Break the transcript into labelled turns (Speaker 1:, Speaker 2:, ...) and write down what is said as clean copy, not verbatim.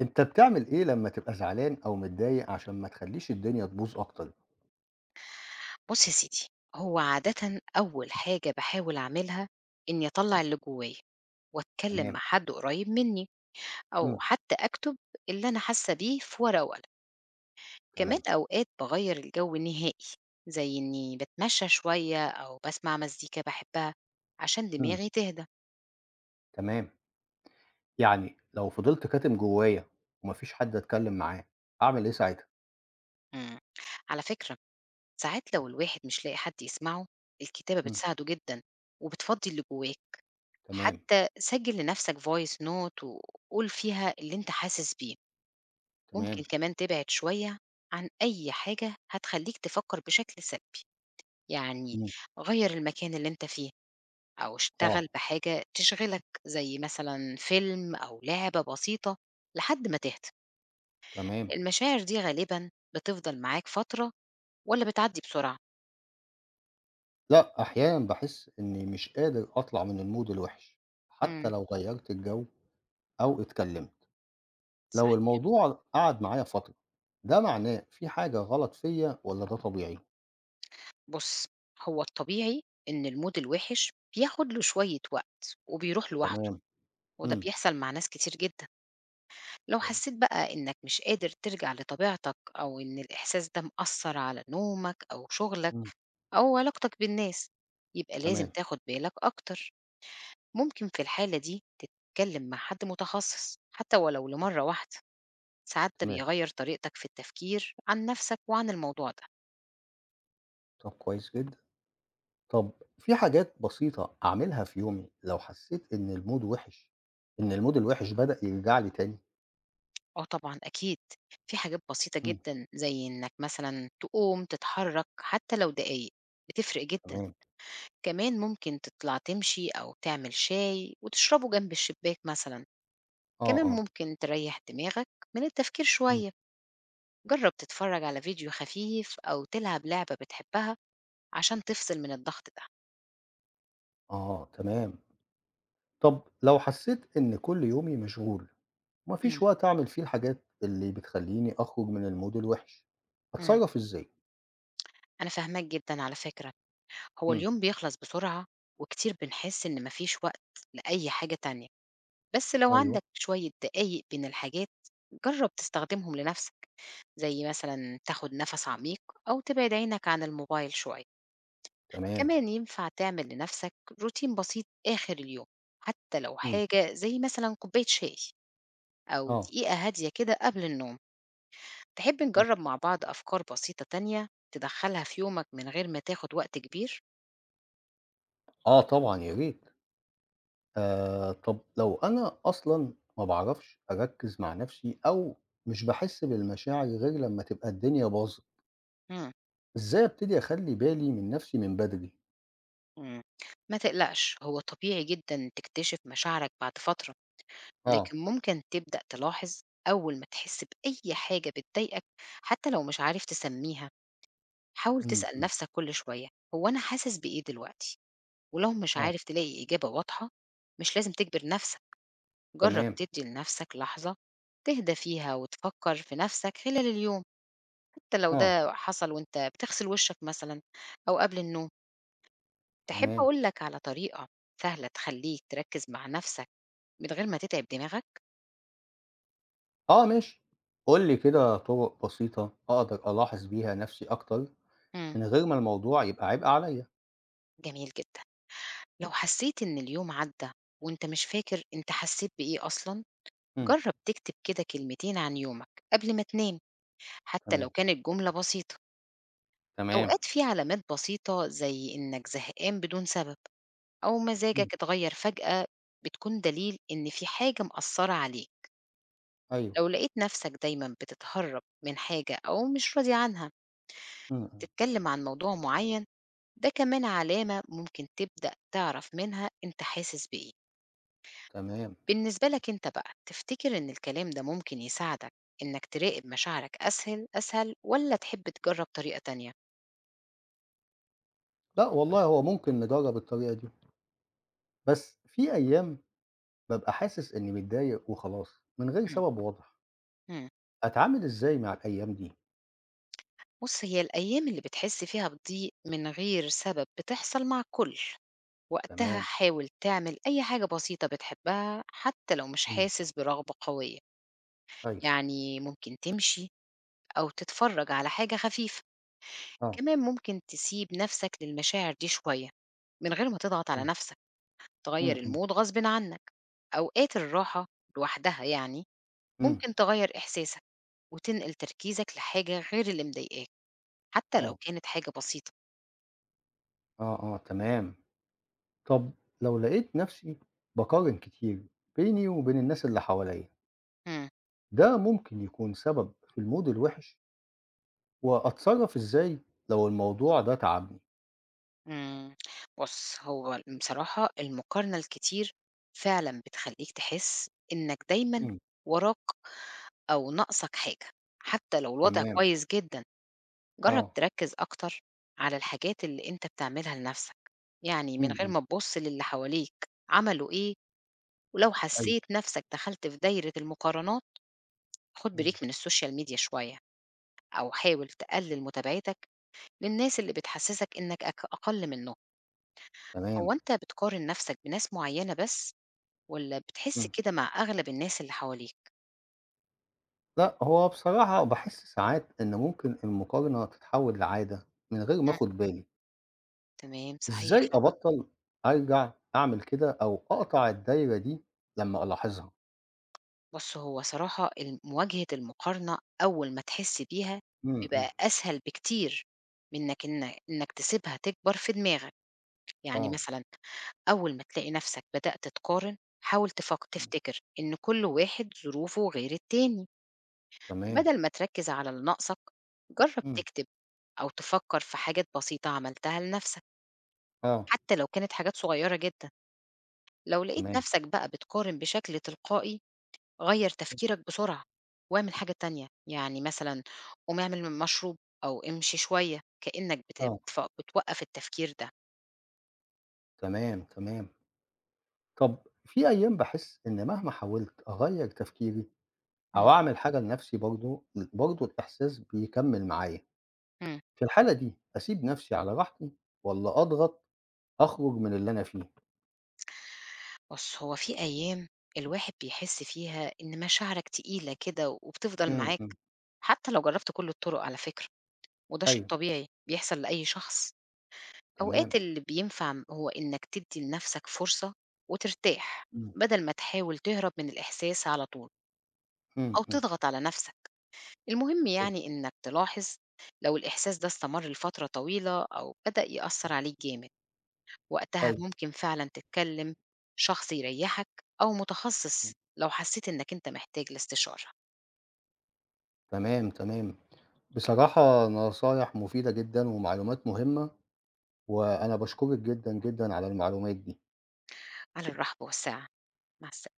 Speaker 1: أنت بتعمل إيه لمّا تبقى زعلان أو متضايق عشان ما تخلّيش الدنيا تبوظ أكتر؟
Speaker 2: بُص يا سيدي، هو عادةً أول حاجة باحاول أعملها إنّي أطلّع اللي جوّايا، وأتكلّم
Speaker 1: تمام.
Speaker 2: مع حد قريّب منّي أو
Speaker 1: إمم.
Speaker 2: حتّى أكتب اللي أنا حاسّة بيه في ورقة وقلم. كمان
Speaker 1: تمام.
Speaker 2: أوقات باغيّر الجو نهائي، زي إنّي باتمشّى شوية أو باسمع مزيكا باحبّها عشان
Speaker 1: إمم.
Speaker 2: دماغي تهدى.
Speaker 1: تمام. يعني لو فضلت كاتم جوايا وما فيش حد أتكلم معاه، أعمل إيه ساعتها؟
Speaker 2: إمم، على فكرة، ساعات لو الواحد مش لاقي حد يسمعه، الكتابة
Speaker 1: إمم.
Speaker 2: بتساعده جدًا وبتفضّي اللي جوّاه.
Speaker 1: تمام.
Speaker 2: حتى سجل لنفسك voice note وقول فيها اللي أنت حاسس بيه. ممكن
Speaker 1: تمام.
Speaker 2: كمان تبعد شوية عن أي حاجة هتخلّيك تفكّر بشكل سلبي، يعني
Speaker 1: إمم.
Speaker 2: غيّر المكان اللي أنت فيه أو اشتغل
Speaker 1: آه.
Speaker 2: بحاجة تشغلك زي مثلًا فيلم أو لعبة بسيطة لحد ما تهدا.
Speaker 1: تمام.
Speaker 2: المشاعر دي غالبًا بتفضل معاك فترة والّا بتعدّي بسرعة؟
Speaker 1: لأ، أحيانًا باحس إني مش قادر أطلع من الmood الوحِش، حتى
Speaker 2: إمم،
Speaker 1: لو غيّرت الجو أو اتكلمت. لو
Speaker 2: صحيح.
Speaker 1: الموضوع قعد معايا فترة، ده معناه في حاجة غلط فيّا والّا ده طبيعي؟
Speaker 2: بُص، هو الطبيعي إن الmood الوِحِش بياخد له شوية وقت وبيروح لوحده.
Speaker 1: تمام.
Speaker 2: وده
Speaker 1: إمم.
Speaker 2: بيحصل مع ناس كتير جدًا. لو
Speaker 1: كويس.
Speaker 2: حسيت بقى إنك مش قادر ترجع لطبيعتك أو إن الإحساس ده مأثّر على نومك أو شغلك
Speaker 1: إمم.
Speaker 2: أو علاقتك بالناس، يبقى لازم
Speaker 1: تمام.
Speaker 2: تاخد بالك أكتر. ممكن في الحالة دي تتكلم مع حد متخصص حتى ولو لمرة واحدة، ساعات ده
Speaker 1: تمام.
Speaker 2: بيغيّر طريقتك في التفكير عن نفسك وعن الموضوع ده.
Speaker 1: طب كويس جدًا. طب في حاجات بسيطة أعملها في يومي لو حسّيت إن الmood وِحِش، إن الmood الوِحِش بدأ يرجع لي تاني؟
Speaker 2: آه طبعًا أكيد، في حاجات بسيطة
Speaker 1: إمم.
Speaker 2: جدًا زي إنك مثلًا تقوم تتحرك حتى لو دقايق، بتفرق جدًا.
Speaker 1: تمام.
Speaker 2: كمان ممكن تطلع تمشي أو تعمل شاي وتشربه جنب الشباك مثلا.
Speaker 1: آه،
Speaker 2: كمان
Speaker 1: آه.
Speaker 2: ممكن تريح دماغك من التفكير
Speaker 1: إمم.
Speaker 2: شوية. جرب تتفرج على فيديو خفيف أو تلعب لعبة بتحبها عشان تفصل من الضغط ده.
Speaker 1: آه، تمام. طب لو حسّيت إن كل يومي مشغول وما
Speaker 2: مم.
Speaker 1: فيش وقت أعمل فيه الحاجات اللي بتخلّيني أخرج من الmood الوِحِش،
Speaker 2: مم.
Speaker 1: أتصرّف إزاي؟
Speaker 2: أنا فاهماك جدا على فكرة. هو
Speaker 1: إمم.
Speaker 2: اليوم بيخلص بسرعة وكتير بنحس إن مفيش وقت لأي حاجة تانية. بس لو
Speaker 1: أيوه.
Speaker 2: عندك شوية دقايق بين الحاجات جرب تستخدمهم لنفسك، زي مثلا تاخد نفس عميق أو تبعد عينك عن الموبايل شوية.
Speaker 1: تمام.
Speaker 2: كمان ينفع تعمل لنفسك روتين بسيط آخر اليوم، حتى لو
Speaker 1: إمم.
Speaker 2: حاجة زي مثلا كوباية شاي أو
Speaker 1: آه.
Speaker 2: دقيقة هادية كده قبل النوم. تحب
Speaker 1: إمم.
Speaker 2: نجرب مع بعض أفكار بسيطة تانية تدخلها في يومك من غير ما تاخد وقت كبير؟
Speaker 1: آه طبعًا، يا ريت. طَب لو أنا أصلًا ما باعرفش أركّز مع نَفْسي أو مش باحس بالمشاعر غير لمّا تبقى الدنيا باظت،
Speaker 2: مم.
Speaker 1: إزاي أبتدي أخلّي بالي من نَفْسي من بدري؟
Speaker 2: مم. ما تقلقش، هو طبيعي جدا تكتشف مشاعرك بعد فترة.
Speaker 1: آه.
Speaker 2: لكن ممكن تبدأ تلاحظ أول ما تحس بأي حاجة بتضايقك حتى لو مش عارف تسميها، حاول
Speaker 1: إمم،
Speaker 2: تسأل
Speaker 1: إمم.
Speaker 2: نفسك كل شوية: هو أنا حاسس بإيه دلوقتي؟ ولو مش
Speaker 1: آه.
Speaker 2: عارف تلاقي إجابة واضحة مش لازم تجبر نفسك، جرب
Speaker 1: تمام.
Speaker 2: تدي لنفسك لحظة تهدى فيها وتفكر في نفسك خلال اليوم، حتى لو
Speaker 1: آه.
Speaker 2: ده حصل وانت بتغسل وشك مثلا أو قبل النوم. تحب
Speaker 1: تمام.
Speaker 2: أقولك على طريقة سهلة تخليك تركز مع نفسك من غير ما تتعب دماغك؟
Speaker 1: آه ماشي. قُل لي كده طُرق بسيطة أقدر ألاحظ بيها نَفْسي أكتر
Speaker 2: مم.
Speaker 1: من غير ما الموضوع يبقى عبء عليّا.
Speaker 2: جميل جدا، لو حسيت ان اليوم عدى وانت مش فاكر انت حسيت بايه اصلا
Speaker 1: إمم.
Speaker 2: جرب تكتب كده كلمتين عن يومك قبل ما تنام، حتى لو
Speaker 1: تمام.
Speaker 2: كانت جملة بسيطة.
Speaker 1: تمام.
Speaker 2: أوقات في علامات بسيطة زي إنك زهقان بدون سبب أو
Speaker 1: إمم.
Speaker 2: مزاجك اتغير فجأة بتكون دليل إن في حاجة مأثرة عليك.
Speaker 1: أيوه.
Speaker 2: لو لقيت نفسك دايما بتتهرب من حاجة أو مش راضي عنها
Speaker 1: إمم، إمم.
Speaker 2: تتكلم عن موضوع معين، ده كمان علامة ممكن تبدأ تعرف منها أنت حاسس بإيه.
Speaker 1: تمام.
Speaker 2: بالنسبة لك أنت بقى تفتكر إن الكلام ده ممكن يساعدك إنك تراقب مشاعرك أسهل أسهل، ولا تحب تجرب طريقة تانية؟
Speaker 1: لأ والله، هو ممكن نجرّب الطريقة دي، بس في أيام بابقى حاسس إني متضايق وخلاص، من غير سبب واضح.
Speaker 2: مم.
Speaker 1: أتعامل إزاي مع الأيام دي؟
Speaker 2: بُص، هي الأيام اللي بتحس فيها بضيق من غير سبب بتحصل مع الكل، وقتها
Speaker 1: تمام.
Speaker 2: حاول تعمل أي حاجة بسيطة بتحبها حتى لو مش
Speaker 1: إمم.
Speaker 2: حاسس برغبة قوية.
Speaker 1: أيوه.
Speaker 2: يعني ممكن تمشي أو تتفرج على حاجة خفيفة.
Speaker 1: آه.
Speaker 2: كمان ممكن تسيب نفسك للمشاعر دي شوية من غير ما تضغط على
Speaker 1: إمم.
Speaker 2: نفسك،
Speaker 1: إمم.
Speaker 2: تغير
Speaker 1: إمم.
Speaker 2: المود غصبٍ عنك. أوقات الراحة لوحدها يعني
Speaker 1: إمم.
Speaker 2: ممكن تغير إحساسك وتنقل تركيزك لحاجة غير اللي مضايقاك حتى لو
Speaker 1: آه.
Speaker 2: كانت حاجة بسيطة.
Speaker 1: آه. آه. تمام. طب لو لقيت نفسي باقارن كتير بيني وبين الناس اللي حواليّا،
Speaker 2: إمم.
Speaker 1: ده ممكن يكون سبب في المود الوحش؟ وأتصرف إزاي لو الموضوع ده تعبني؟
Speaker 2: إمم. بُص، هو بصراحة المقارنة الكتير فعلًا بتخلّيك تحس إنّك دايمًا
Speaker 1: إمم.
Speaker 2: وراك أو ناقصك حاجة، حتّى لو الوضع
Speaker 1: تمام.
Speaker 2: كويس جدًا. جرّب
Speaker 1: آه.
Speaker 2: تركّز أكتر على الحاجات اللي أنت بتعملها لنَفْسك، يعني من
Speaker 1: إمم.
Speaker 2: غير
Speaker 1: إمم.
Speaker 2: ما تبُص للي حواليك عملوا إيه. ولو
Speaker 1: أيوه.
Speaker 2: حسّيت نَفْسك دخلت في دايرة المقارنات، خُد
Speaker 1: إمم.
Speaker 2: بريك من السوشيال ميديا شوية أو حاول تقلِّل متابعتك للناس اللي بتحسّسك إنّك أقَل منّهم.
Speaker 1: تمام.
Speaker 2: هو أنت بتقارن نفسك بناس معينة بس، والّا بتحس
Speaker 1: إمم.
Speaker 2: كده مع أغلب الناس اللي حواليك؟
Speaker 1: لأ، هو بصراحة باحس ساعات إن ممكن المقارنة تتحوّل لعادة من غير ما
Speaker 2: إمم.
Speaker 1: آخُد بالي.
Speaker 2: تمام، صحيح
Speaker 1: إزاي
Speaker 2: فعلًا.
Speaker 1: أبطّل أرجع أعمل كده أو أقطع الدايرة دي لمّا ألاحظها؟
Speaker 2: بُص، هو صراحة مواجهة المقارنة أول ما تحس بيها
Speaker 1: إمم، إمم.
Speaker 2: بيبقى أسهل بكتير من إنك تسيبها تكبر في دماغك. يعني
Speaker 1: آه.
Speaker 2: مثلًا أول ما تلاقي نفسك بدأت تقارن، حاول
Speaker 1: إمم.
Speaker 2: تفتكر إن كل واحد ظروفه غير التاني.
Speaker 1: تمام.
Speaker 2: بدل ما تركز على اللي ناقصك، جرب
Speaker 1: إمم.
Speaker 2: تكتب أو تفكر في حاجات بسيطة عملتها لنفسك،
Speaker 1: آه.
Speaker 2: حتى لو كانت حاجات صغيرة جدًا. لو لقيت
Speaker 1: تمام.
Speaker 2: نفْسك بقى بتقارن بشكل تلقائي غيّر تفكيرك بسرعة، واعمل حاجة تانية، يعني مثلًا قوم اعمل مشروب أو امشي شوية، كإنك بت
Speaker 1: آه.
Speaker 2: بتف بتوقّف التفكير ده.
Speaker 1: تمام. تمام. طَب في أيام باحس إن مهما حاولت أغيّر تفكيري أو
Speaker 2: إمم.
Speaker 1: أعمل حاجة لنَفْسي برضه برضه الإحساس بيكمّل معايا،
Speaker 2: إمم.
Speaker 1: في الحالة دي أسيب نَفْسي على راحتي والّا أضغط أخرج من اللي أنا فيه؟
Speaker 2: بُص، هو في أيام الواحد بيحس فيها إن مشاعرك تقيلة كده وبتفضل
Speaker 1: إمم، إمم.
Speaker 2: معاك، حتى لو جرّبت كل الطرق على فكرة، وده شيء
Speaker 1: أيوه،
Speaker 2: طبيعي بيحصل لأي شخص.
Speaker 1: تمام.
Speaker 2: أوقات اللي بينفع هو إنك تدّي لنفسك فرصة وترتاح،
Speaker 1: إمم.
Speaker 2: بدل ما تحاول تهرب من الإحساس على طول
Speaker 1: إمم،
Speaker 2: أو
Speaker 1: إمم.
Speaker 2: تضغط على نفسك. المهم
Speaker 1: أيوه،
Speaker 2: يعني إنك تلاحظ لو الإحساس ده استمر لفترة طويلة أو بدأ يأثّر عليك جامد، وقتها
Speaker 1: أيوه.
Speaker 2: ممكن فعلًا تتكلم شخص يريّحك أو متخصص
Speaker 1: إمم.
Speaker 2: لو حسّيت إنك أنت محتاج لاستشارة.
Speaker 1: تمام، تمام. بصراحة نصايح مفيدة جدًا ومعلومات مهمة، وأنا باشكرِك جدًا، جدًا على المعلومات دي.
Speaker 2: على الرحب والسعة، مع السلامة.